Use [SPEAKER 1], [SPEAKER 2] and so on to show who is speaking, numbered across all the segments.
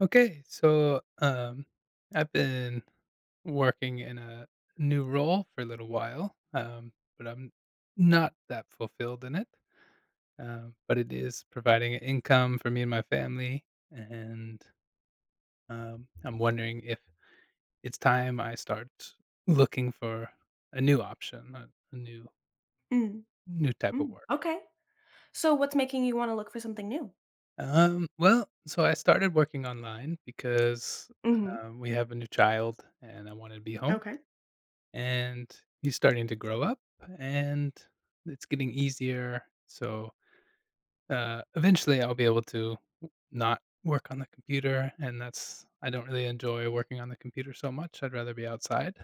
[SPEAKER 1] Okay, so um, I've been working in a new role for a little while, but I'm not that fulfilled in it. But it is providing an income for me and my family, and I'm wondering if it's time I start looking for a new option, a
[SPEAKER 2] Mm,
[SPEAKER 1] new type of
[SPEAKER 2] mm,
[SPEAKER 1] work.
[SPEAKER 2] okay. So what's making you wanna look for something new?
[SPEAKER 1] Well, so I started working online because
[SPEAKER 2] Mhm.
[SPEAKER 1] we have a new child, and I wanted to be home
[SPEAKER 2] Okay.
[SPEAKER 1] and he's starting to grow up and it's getting easier so eventually I'll be able to not work on the computer, and that's I don't really enjoy working on the computer so much, I'd rather be outside.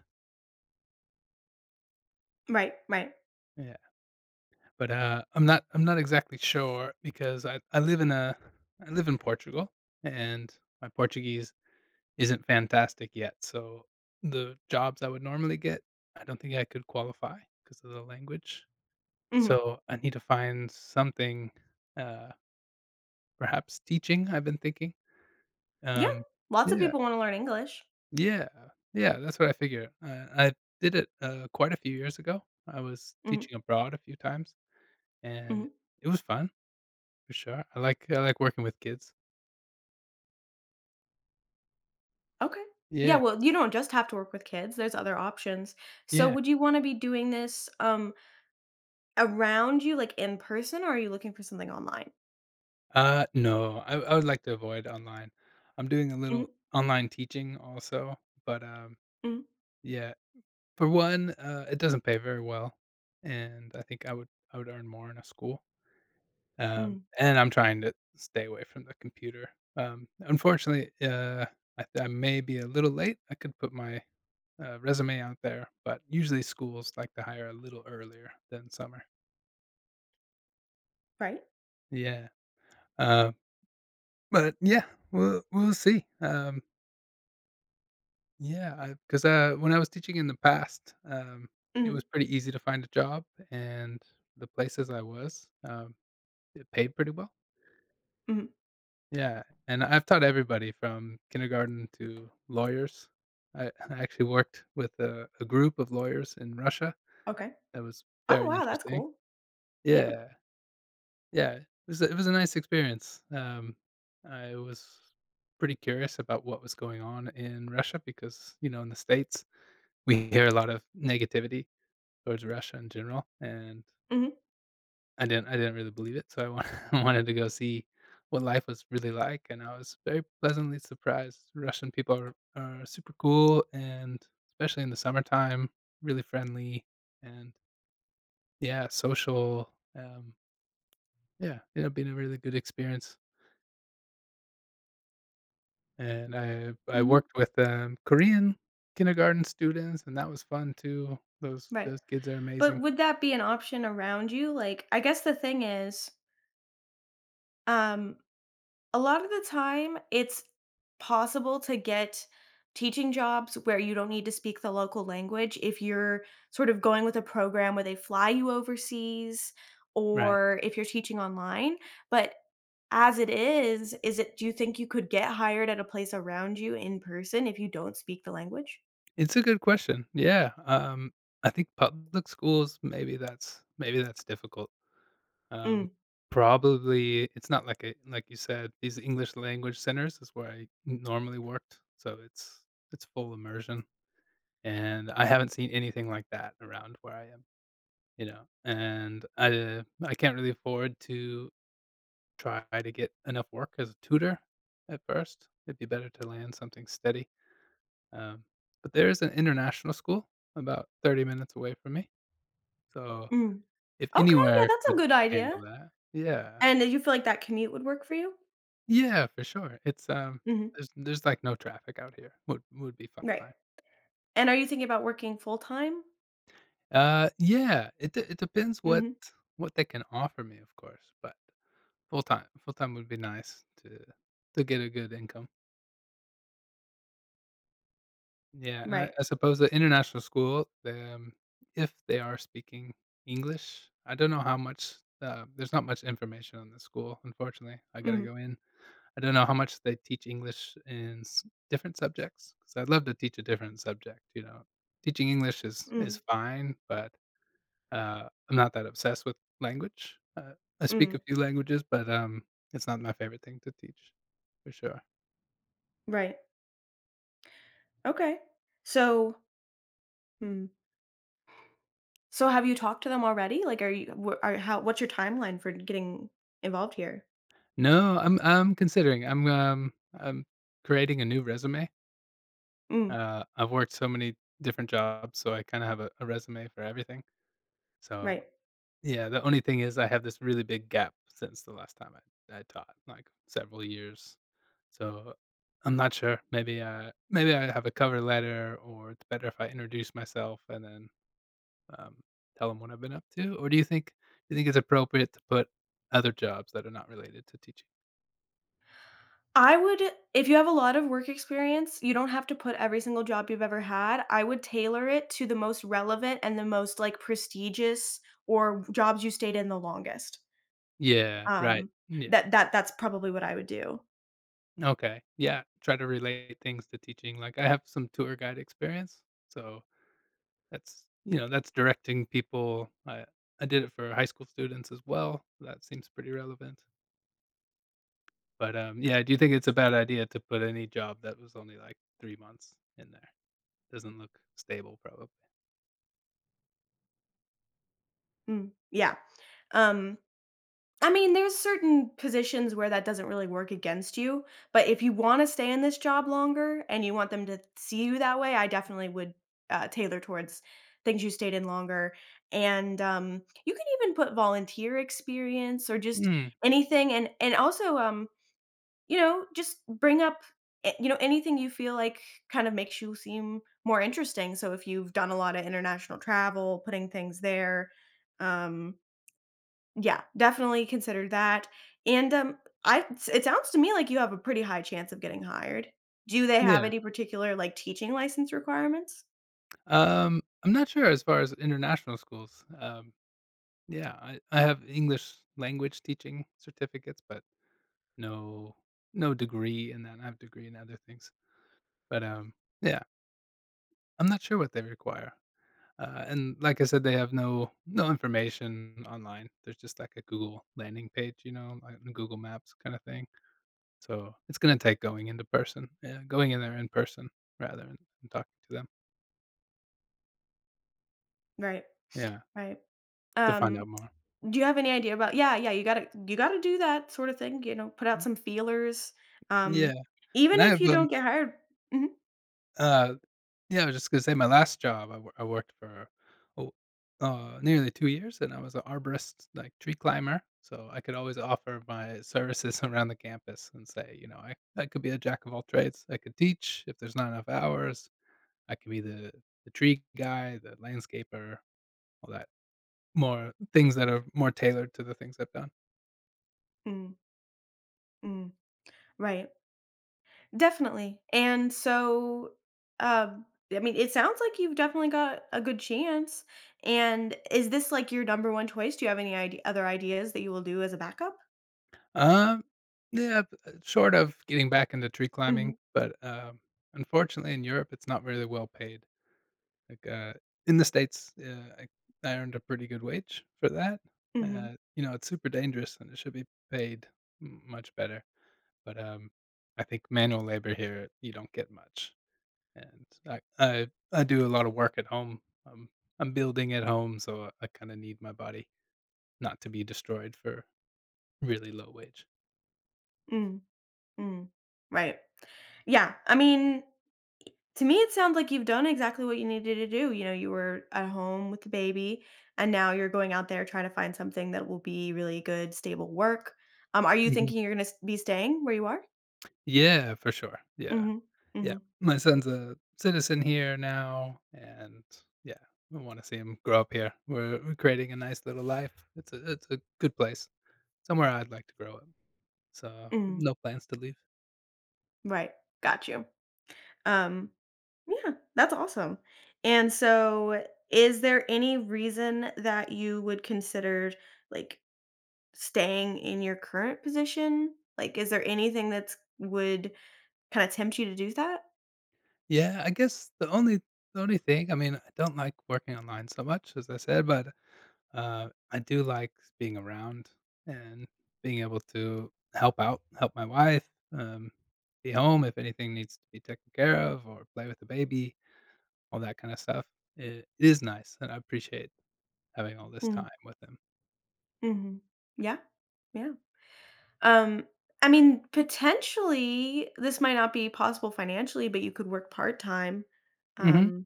[SPEAKER 2] Right, right.
[SPEAKER 1] Yeah, but I'm not exactly sure because I live in a I live in Portugal, and my Portuguese isn't fantastic yet, so the jobs I would normally get, I don't think I could qualify because of the language.
[SPEAKER 2] Mhm.
[SPEAKER 1] So I need to find something, uh, perhaps teaching, I've been thinking.
[SPEAKER 2] Yeah.
[SPEAKER 1] Um,
[SPEAKER 2] Lots of
[SPEAKER 1] yeah,
[SPEAKER 2] people wanna learn English.
[SPEAKER 1] yeah, yeah, that's what I figure. I did it quite a few years ago. I was
[SPEAKER 2] Mhm,
[SPEAKER 1] teaching abroad a few times, and
[SPEAKER 2] mhm.
[SPEAKER 1] it was fun for sure. I like working with kids.
[SPEAKER 2] Okay. Yeah,
[SPEAKER 1] Yeah,
[SPEAKER 2] well, you don't just have to work with kids, there's other options. So
[SPEAKER 1] yeah.
[SPEAKER 2] would you wanna be doing this, around you, like, in person, or are you looking for something online?
[SPEAKER 1] No, I would like to avoid online. I'm doing a little
[SPEAKER 2] Mhm,
[SPEAKER 1] online teaching also, but
[SPEAKER 2] mhm,
[SPEAKER 1] yeah, for one, it doesn't pay very well, and I think I would earn more in a school.
[SPEAKER 2] mhm.
[SPEAKER 1] And I'm trying to stay away from the computer. Unfortunately, I may be a little late. I could put my resume out there, but usually schools like to hire a little earlier than summer.
[SPEAKER 2] Right.
[SPEAKER 1] Yeah. Uh, but yeah, we'll see. Yeah, because when I was teaching in the past, it
[SPEAKER 2] Mhm,
[SPEAKER 1] was pretty easy to find a job, and the places I was, it paid pretty well.
[SPEAKER 2] mhm.
[SPEAKER 1] Yeah, and I've taught everybody from kindergarten to lawyers. I I actually worked with a group of lawyers in Russia.
[SPEAKER 2] Okay.
[SPEAKER 1] That was
[SPEAKER 2] Oh,
[SPEAKER 1] very
[SPEAKER 2] wow, that's
[SPEAKER 1] interesting.
[SPEAKER 2] cool. Yeah.
[SPEAKER 1] Yeah, yeah. It was a nice experience. I was pretty curious about what was going on in Russia because, you know, in the States, we hear a lot of negativity towards Russia in general, and
[SPEAKER 2] Mhm,
[SPEAKER 1] I didn't really believe it, so I wanted wanted to go see what life was really like, and I was very pleasantly surprised. Russian people are super cool, and especially in the summertime, really friendly and, yeah, social, um, yeah, ended up being a really good experience, and I
[SPEAKER 2] mhm.
[SPEAKER 1] worked with, Korean kindergarten students, and that was fun too.
[SPEAKER 2] Right.
[SPEAKER 1] Those kids are
[SPEAKER 2] But
[SPEAKER 1] amazing.
[SPEAKER 2] would that be an option around you? Like, I guess the thing is, um a lot of the time, it's possible to get teaching jobs where you don't need to speak the local language if you're sort of going with a program where they fly you overseas
[SPEAKER 1] Right.
[SPEAKER 2] or if you're teaching online, but as it is it do you think you could get hired at a place around you in person if you don't speak the language?
[SPEAKER 1] It's a good question. Yeah, I think public schools, maybe that's difficult. Um,
[SPEAKER 2] Mm,
[SPEAKER 1] probably it's not like a like you said, these English language centers is where I normally worked, so it's full immersion, and I haven't seen anything like that around where I am, you know. And I can't really afford to try to get enough work as a tutor at first. It'd be better to land something steady, um, but there is an international school about 30 minutes away from me, so
[SPEAKER 2] mm.
[SPEAKER 1] if
[SPEAKER 2] Okay, yeah,
[SPEAKER 1] anywhere
[SPEAKER 2] that's a good
[SPEAKER 1] could handle
[SPEAKER 2] idea.
[SPEAKER 1] that. Yeah.
[SPEAKER 2] And do you feel like that commute would work for you?
[SPEAKER 1] Yeah, for sure. It's,
[SPEAKER 2] Mhm,
[SPEAKER 1] there's, like, no traffic out here. Would be
[SPEAKER 2] right.
[SPEAKER 1] fine.
[SPEAKER 2] And are you thinking about working full-time?
[SPEAKER 1] Yeah, it depends
[SPEAKER 2] Mhm,
[SPEAKER 1] what they can offer me, of course, but full-time would be nice to get a good income. Yeah, and
[SPEAKER 2] right.
[SPEAKER 1] I suppose the international school, the, if they are speaking English, I don't know how much, there's not much information on the school, unfortunately. I gotta
[SPEAKER 2] Mhm.
[SPEAKER 1] go in. I don't know how much they teach English in s different subjects. Because 'Cause I'd love to teach a different subject, you know? Teaching English is
[SPEAKER 2] Mm,
[SPEAKER 1] fine, but, I'm not that obsessed with language. I speak a
[SPEAKER 2] mm,
[SPEAKER 1] few languages, but, it's not my favorite thing to teach, for sure.
[SPEAKER 2] right. Okay. So, hmm. So have you talked to them already? Like, are you, what's your timeline for getting involved here?
[SPEAKER 1] No, I'm considering. I'm creating a new resume.
[SPEAKER 2] Mm,
[SPEAKER 1] I've worked so many different jobs, so I kinda have a resume for everything. So,
[SPEAKER 2] right.
[SPEAKER 1] yeah, the only thing is I have this really big gap since the last time I taught, like, several years. So, I'm not sure. Maybe, maybe I have a cover letter, or it's better if I introduce myself and then, um, tell them what I've been up to, or do you think it's appropriate to put other jobs that are not related to teaching?
[SPEAKER 2] I would, if you have a lot of work experience, you don't have to put every single job you've ever had. I would tailor it to the most relevant and the most like prestigious or jobs you stayed in the longest.
[SPEAKER 1] Yeah, right.
[SPEAKER 2] Um,
[SPEAKER 1] Yeah.
[SPEAKER 2] that's probably what I would do.
[SPEAKER 1] Okay. Yeah, try to relate things to teaching. Like, I have some tour guide experience, so that's you know, that's directing people. I did it for high school students as well. That seems pretty relevant. But, yeah, do you think it's a bad idea to put any job that was only, like, 3 months in there? Doesn't look stable probably.
[SPEAKER 2] Mm, yeah. Um, I mean, there's certain positions where that doesn't really work against you, but if you wanna stay in this job longer and you want them to see you that way, I definitely would, tailor towards things you stayed in longer, and, you can even put volunteer experience or just
[SPEAKER 1] Mm,
[SPEAKER 2] anything, and also, you know, just bring up, you know, anything you feel like kind of makes you seem more interesting. So if you've done a lot of international travel, putting things there, um, yeah, definitely consider that, and, I it sounds to me like you have a pretty high chance of getting hired. Do they have
[SPEAKER 1] yeah.
[SPEAKER 2] any particular, like, teaching license requirements?
[SPEAKER 1] I'm not sure as far as international schools. Yeah, I have English language teaching certificates, but no no degree in that. I have a degree in other things. But, yeah, I'm not sure what they require. And like I said, they have no information online. There's just like a Google landing page, you know, like the Google Maps kinda thing. So, it's gonna take going into person, yeah, going in there in person rather than talking to them.
[SPEAKER 2] Right.
[SPEAKER 1] Yeah,
[SPEAKER 2] Right.
[SPEAKER 1] to find
[SPEAKER 2] Um.
[SPEAKER 1] out more.
[SPEAKER 2] Do you have any idea about Yeah, yeah, you gotta do that sort of thing, you know, put out
[SPEAKER 1] Mm,
[SPEAKER 2] some feelers, um,
[SPEAKER 1] yeah,
[SPEAKER 2] even
[SPEAKER 1] and I
[SPEAKER 2] if
[SPEAKER 1] have,
[SPEAKER 2] you don't get hired. Mhm.
[SPEAKER 1] uh yeah, I was just gonna say my last job, I worked for, oh, nearly 2 years, and I was an arborist, like, tree climber, so I could always offer my services around the campus and say, you know, I could be a jack of all trades, I could teach if there's not enough hours, I could be the tree guy, the landscaper, all that." More things that are more tailored to the things I've done.
[SPEAKER 2] Mm, mm, right. Definitely. And so, um, I mean, it sounds like you've definitely got a good chance. And is this like your number one choice? Do you have any other ideas that you will do as a backup?
[SPEAKER 1] Um, yeah, b short of getting back into tree
[SPEAKER 2] Hmm.
[SPEAKER 1] climbing, but, unfortunately in Europe, it's not really well paid. Like, in the States, yeah, I earned a pretty good wage for that.
[SPEAKER 2] Hmm.
[SPEAKER 1] You know, it's super dangerous and it should be paid m much better, but, I think manual labor here, you don't get much, and I do a lot of work at home. Um, I'm building at home, so I kinda need my body not to be destroyed for really low wage.
[SPEAKER 2] Mm, mm. Right. Yeah. I mean, to me, it sounds like you've done exactly what you needed to do. You know, you were at home with the baby, and now you're going out there trying to find something that will be really good, stable work. Are you
[SPEAKER 1] Mhm.
[SPEAKER 2] thinking you're going to be staying where you are?
[SPEAKER 1] Yeah, for sure, yeah.
[SPEAKER 2] Hmm.
[SPEAKER 1] Yeah,
[SPEAKER 2] Hmm.
[SPEAKER 1] my son's a citizen here now, and yeah, we want to see him grow up here. We're creating a nice little life. It's a good place, somewhere I'd like to grow up. So
[SPEAKER 2] Hmm.
[SPEAKER 1] no plans to leave.
[SPEAKER 2] Right. Got you. Um, yeah, that's awesome. And so is there any reason that you would consider like staying in your current position? Like is there anything that's would kind of tempt you to do that?
[SPEAKER 1] Yeah, I guess the only thing I mean I don't like working online so much as I said, but I do like being around and being able to help out, help my wife, um, be home if anything needs to be taken care of, or play with the baby all that kinda stuff. It is nice, and I appreciate having all this
[SPEAKER 2] Mm,
[SPEAKER 1] time with him.
[SPEAKER 2] mhm. Yeah. Yeah. Um, I mean, potentially, this might not be possible financially, but you could work part-time,
[SPEAKER 1] Mhm.
[SPEAKER 2] um,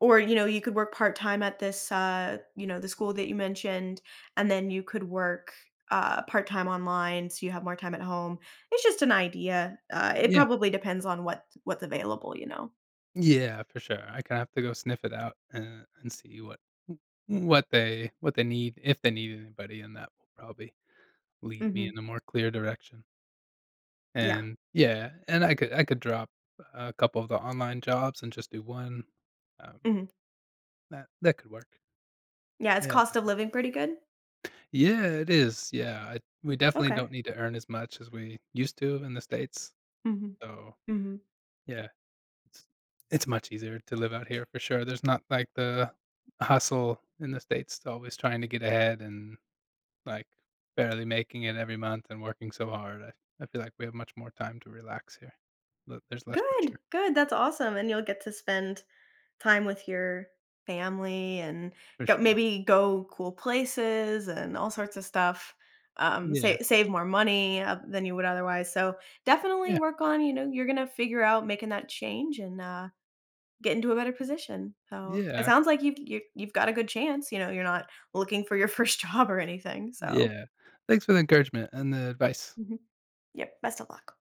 [SPEAKER 2] or, you know, you could work part-time at this, you know, the school that you mentioned, and then you could work, part-time online, so you have more time at home. It's just an idea. It
[SPEAKER 1] Yeah.
[SPEAKER 2] probably depends on what's available, you know?
[SPEAKER 1] Yeah, for sure. I kinda have to go sniff it out and see what what they need, if they need anybody, and that will probably lead me
[SPEAKER 2] Mhm.
[SPEAKER 1] in a more clear direction.
[SPEAKER 2] Yeah.
[SPEAKER 1] And yeah, and I could drop a couple of the online jobs and just do one. Um,
[SPEAKER 2] Mhm.
[SPEAKER 1] that could work.
[SPEAKER 2] Yeah, is
[SPEAKER 1] Yeah.
[SPEAKER 2] cost of living pretty good?
[SPEAKER 1] Yeah, it is. Yeah, I we definitely
[SPEAKER 2] Okay.
[SPEAKER 1] don't need to earn as much as we used to in the States,
[SPEAKER 2] Mhm.
[SPEAKER 1] so,
[SPEAKER 2] Mhm.
[SPEAKER 1] yeah. It's it's much easier to live out here for sure. There's not like the hustle in the States to always trying to get ahead and like barely making it every month and working so hard. I feel like we have much more time to relax here. There's less
[SPEAKER 2] Good,
[SPEAKER 1] pressure
[SPEAKER 2] good, that's awesome, and you'll get to spend time with your family and
[SPEAKER 1] for
[SPEAKER 2] go
[SPEAKER 1] sure.
[SPEAKER 2] maybe go cool places and all sorts of stuff, sa
[SPEAKER 1] Yeah.
[SPEAKER 2] save more money, than you would otherwise, so definitely
[SPEAKER 1] Yeah.
[SPEAKER 2] work on, you know, you're gonna figure out making that change and, get into a better position, so it
[SPEAKER 1] Yeah.
[SPEAKER 2] sounds like you've got a good chance, you know, you're not looking for your first job or anything, so.
[SPEAKER 1] Yeah. Thanks for the encouragement and the advice.
[SPEAKER 2] Mhm. Yep, best of luck.